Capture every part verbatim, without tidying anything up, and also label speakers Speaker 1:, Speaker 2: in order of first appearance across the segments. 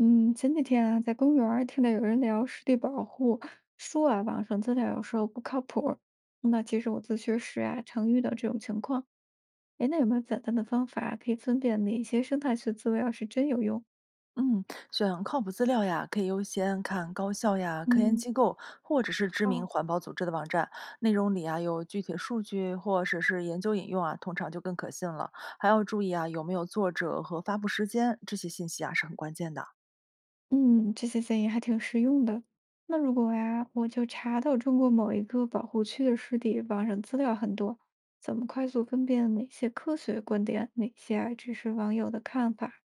Speaker 1: 嗯，前几天啊，在公园儿听到有人聊湿地保护，说啊，网上资料有时候不靠谱儿，那其实我自学时啊，常遇到这种情况。哎，那有没有简单的方法可以分辨哪些生态学资料是真有用？
Speaker 2: 嗯，选靠谱资料呀，可以优先看高校呀、科研
Speaker 1: 嗯。
Speaker 2: 机构或者是知名
Speaker 1: 好。
Speaker 2: 环保组织的网站，内容里啊有具体数据或者是研究引用啊，通常就更可信了。还要注意啊有没有作者和发布时间，这些信息啊是很关键的。
Speaker 1: 嗯，这些建议还挺实用的。那如果呀，我就查到中国某一个保护区的湿地，网上资料很多，怎么快速分辨哪些科学观点，哪些啊只是网友的看法？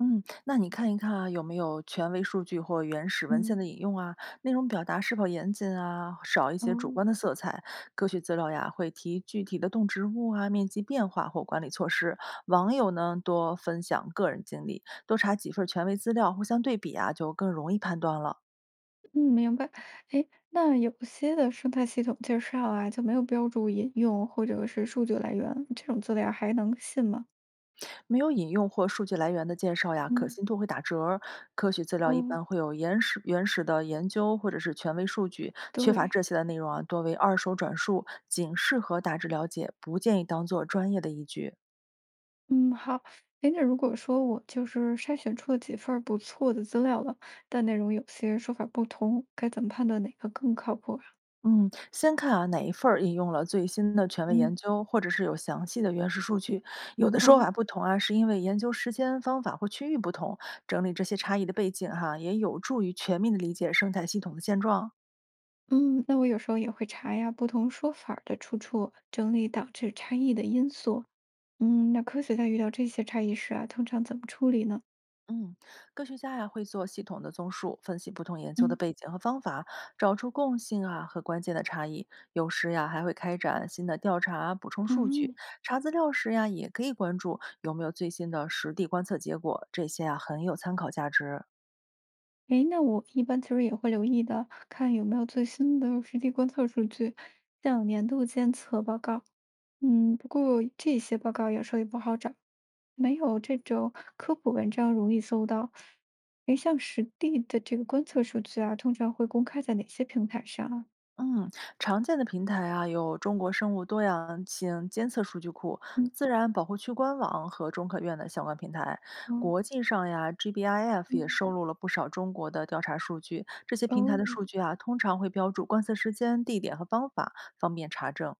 Speaker 2: 嗯，那你看一看啊，有没有权威数据或原始文献
Speaker 1: 嗯。
Speaker 2: 的引用啊？内容表达是否严谨啊？少一
Speaker 1: 哦。
Speaker 2: 些主观的色彩。科学资料呀，会提具体的动植物啊、面积变化或管理措施。网友呢，多分享个人经历，多查几份权威资料，互相对比啊，就更容易判断了。
Speaker 1: 嗯，明白。哎，那有些的生态系统介绍啊，就没有标注引用或者是数据来源，这种资料还能信吗？
Speaker 2: 没有引用或数据来源的介绍呀，可
Speaker 1: 嗯。
Speaker 2: 信度会打折儿。科学资料一
Speaker 1: 哦。
Speaker 2: 般会有原始原始的研究或者是权威数据，缺乏
Speaker 1: 对。
Speaker 2: 这些的内容啊，多为二手转述，仅适合大致了解，不建议当做专业的依据。
Speaker 1: 嗯，好。哎，那如果说我就是筛选出了几份儿不错的资料了，但内容有些说法不同，该怎么判断哪个更靠谱啊？
Speaker 2: 嗯，先看啊哪一份儿引用了最新的权威
Speaker 1: 嗯。
Speaker 2: 研究，或者是有详细的原始数据。有的说法
Speaker 1: 哦。
Speaker 2: 不同啊，是因为研究时间、方法或区域不同。整理这些差异的背景哈、也有助于全面的理解生态系统的现状。
Speaker 1: 嗯，那我有时候也会查呀，不同说法儿的出处，整理导致差异的因素。嗯，那科学家遇到这些差异时啊，通常怎么处理呢？
Speaker 2: 嗯，科学家呀会做系统的综述，分析不同研究的
Speaker 1: 嗯
Speaker 2: 背景和方法，找出共性啊和关键的差异。有时呀还会开展新的调查，补充数据。
Speaker 1: 嗯，
Speaker 2: 查资料时呀也可以关注有没有最新的实地观测结果，这些啊很有参考价值。
Speaker 1: 诶，那我一般其实也会留意的，看有没有最新的实地观测数据，像年度监测报告。嗯，不过这些报告有时候也不好找，没有这种科普文章容易搜到。诶，像实地的这个观测数据啊，通常会公开在哪些平台上啊？
Speaker 2: 嗯，常见的平台啊，有中国生物多样性监测数据库、
Speaker 1: 嗯。
Speaker 2: 自然保护区官网和中科院的相关平台。国
Speaker 1: 哦。
Speaker 2: 际上呀，G B I F 也
Speaker 1: 嗯。
Speaker 2: 收录了不少中国的调查数据。这些平台的
Speaker 1: 哦。
Speaker 2: 数据啊，通常会标注观测时间、地点和方法，方便查证。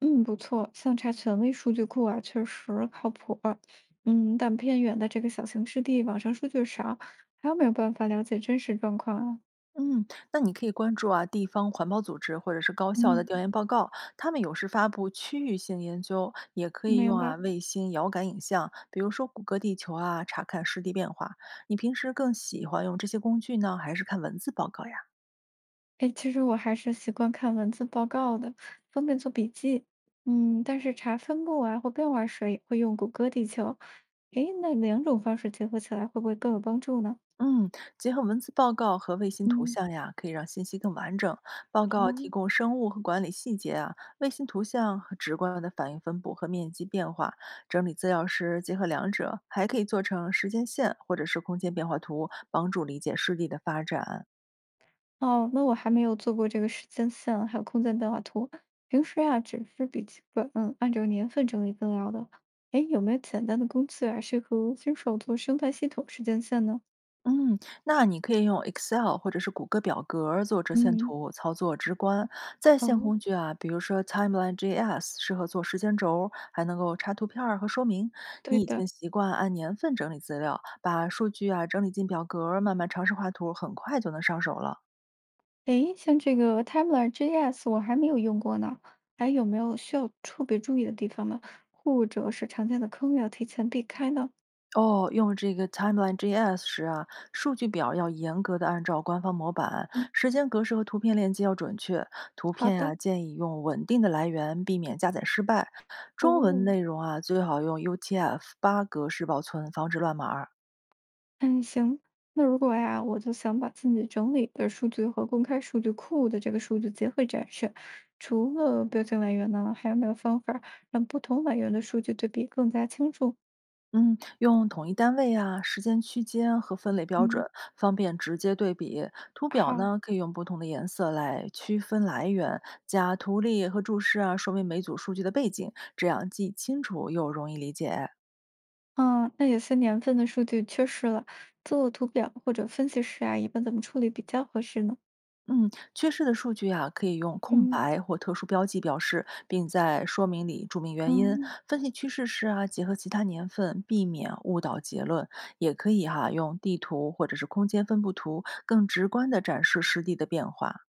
Speaker 1: 嗯，不错，像查权威数据库啊，确实靠谱儿。嗯，但偏远的这个小型湿地，网上数据少，还有没有办法了解真实状况啊？
Speaker 2: 嗯，那你可以关注啊，地方环保组织或者是高校的
Speaker 1: 嗯，
Speaker 2: 调研报告，他们有时发布区域性研究，也可以
Speaker 1: 明
Speaker 2: 用啊
Speaker 1: 白。
Speaker 2: 卫星遥感影像，比如说谷歌地球啊，查看湿地变化。你平时更喜欢用这些工具呢，还是看文字报告呀？
Speaker 1: 哎，其实我还是习惯看文字报告的，方便做笔记。嗯，但是查分布啊或变化时也会用谷歌地球。哎，那两种方式结合起来会不会更有帮助呢？
Speaker 2: 嗯，结合文字报告和卫星图
Speaker 1: 嗯。
Speaker 2: 像呀，可以让信息更完整。报告提
Speaker 1: 哦。
Speaker 2: 供生物和管理细节啊，卫星图像和直观的反应分布和面积变化。整理资料时结合两者，还可以做成时间线或者是空间变化图，帮助理解湿地的发展。
Speaker 1: 哦，那我还没有做过这个时间线，还有空间变化图。平时啊，只是笔记本，嗯，按照年份整理资料的。哎，有没有简单的工具啊，适合新手做生态系统时间线呢？
Speaker 2: 嗯，那你可以用 Excel 或者是谷歌表格儿做折线
Speaker 1: 嗯。
Speaker 2: 图，操作直观。在线
Speaker 1: 哦。
Speaker 2: 工具啊，比如说 Timeline J S 适合做时间轴儿还能够插图片儿和说明。
Speaker 1: 对
Speaker 2: 你已经
Speaker 1: 的。
Speaker 2: 习惯按年份整理资料，把数据啊整理进表格儿，慢慢尝试画图，很快就能上手了。
Speaker 1: 哎，像这个 Tabler G S 我还没有用过呢，还有没有需要特别注意的地方呢？或者是常见的坑要提前避开呢？
Speaker 2: 哦，用这个 Timeline J S 时啊，数据表要严格的按照官方模板，
Speaker 1: 嗯，
Speaker 2: 时间格式和图片链接要准确。图
Speaker 1: 好
Speaker 2: 片呀、
Speaker 1: 的。
Speaker 2: 建议用稳定的来源，避免加载失败。中文
Speaker 1: 哦。
Speaker 2: 内容啊，最好用 U T F 八格式保存，防止乱码儿。
Speaker 1: 嗯，行。那如果呀，我就想把自己整理的数据和公开数据库的这个数据结合展示，除了标签来源呢，还有没有方法让不同来源的数据对比更加清楚？
Speaker 2: 嗯，用统一单位啊、时间区间和分类标准，
Speaker 1: 嗯。
Speaker 2: 方便直接对比。图表
Speaker 1: 好。
Speaker 2: 呢，可以用不同的颜色来区分来源，加图例和注释啊，说明每组数据的背景，这样既清楚又容易理解。
Speaker 1: 嗯，那有些年份的数据缺失了，做图表或者分析师啊，一般怎么处理比较合适呢？
Speaker 2: 嗯，缺失的数据啊，可以用空
Speaker 1: 嗯。
Speaker 2: 白或特殊标记表示，并在说明里注明原因。
Speaker 1: 嗯。
Speaker 2: 分析趋势时啊，结合其他年份，避免误导结论。也可以哈、用地图或者是空间分布图，更直观地展示湿地的变化。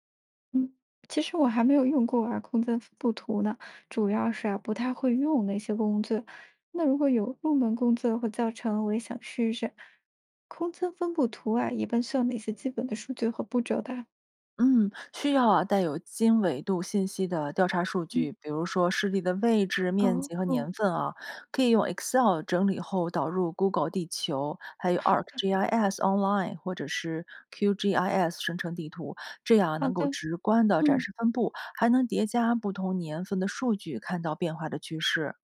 Speaker 1: 嗯，其实我还没有用过啊，空间分布图呢，主要是啊不太会用那些工具。那如果有入门工具或教程，我也想试试。空间分布图啊，一般需要哪些基本的数据和步骤的啊？
Speaker 2: 嗯，需要啊带有经纬度信息的调查数
Speaker 1: 嗯。
Speaker 2: 据，比如说湿地的位置、面
Speaker 1: 哦
Speaker 2: 积和年
Speaker 1: 哦。
Speaker 2: 份啊，可以用 Excel 整理后导入 Google 地球，还有
Speaker 1: 好的。
Speaker 2: ArcGIS Online 或者是 Q G I S 生成地图，这样啊能
Speaker 1: 好
Speaker 2: 够
Speaker 1: 的。
Speaker 2: 直观的展
Speaker 1: 嗯。
Speaker 2: 示分布，还能叠加不同年份的数据，看到变化的趋势。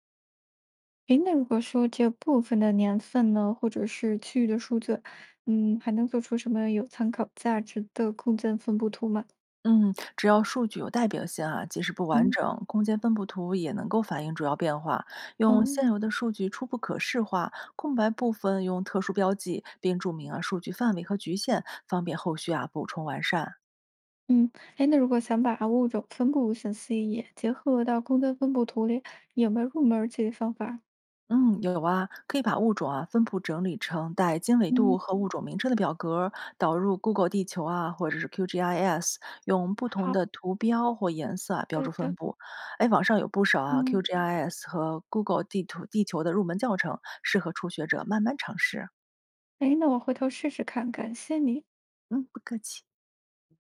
Speaker 1: 诶，那如果说这部分的年份呢，或者是区域的数据，嗯，还能做出什么有参考价值的空间分布图吗？
Speaker 2: 嗯，只要数据有代表性啊，即使不完
Speaker 1: 嗯。
Speaker 2: 整，空间分布图也能够反映主要变化。用现
Speaker 1: 哦。
Speaker 2: 有的数据初步可视化，空白部分用特殊标记，并注明啊数据范围和局限，方便后续啊补充完善。
Speaker 1: 嗯。哎，那如果想把物种分布信息也结合到空间分布图里，有没有入门儿级的方法？
Speaker 2: 嗯，有啊，可以把物种啊分布整理成带经纬
Speaker 1: 嗯。
Speaker 2: 度和物种名称的表格儿导入 Google 地球啊，或者是 Q G I S，用不同
Speaker 1: 好。
Speaker 2: 的图标或颜色啊标
Speaker 1: 对
Speaker 2: 注
Speaker 1: 的。
Speaker 2: 分布。哎，网上有不少啊
Speaker 1: 嗯。
Speaker 2: Q G I S 和 Google 地图地球的入门教程，适合初学者慢慢尝试。
Speaker 1: 哎，那我回头试试看，感谢你。
Speaker 2: 嗯，不客气。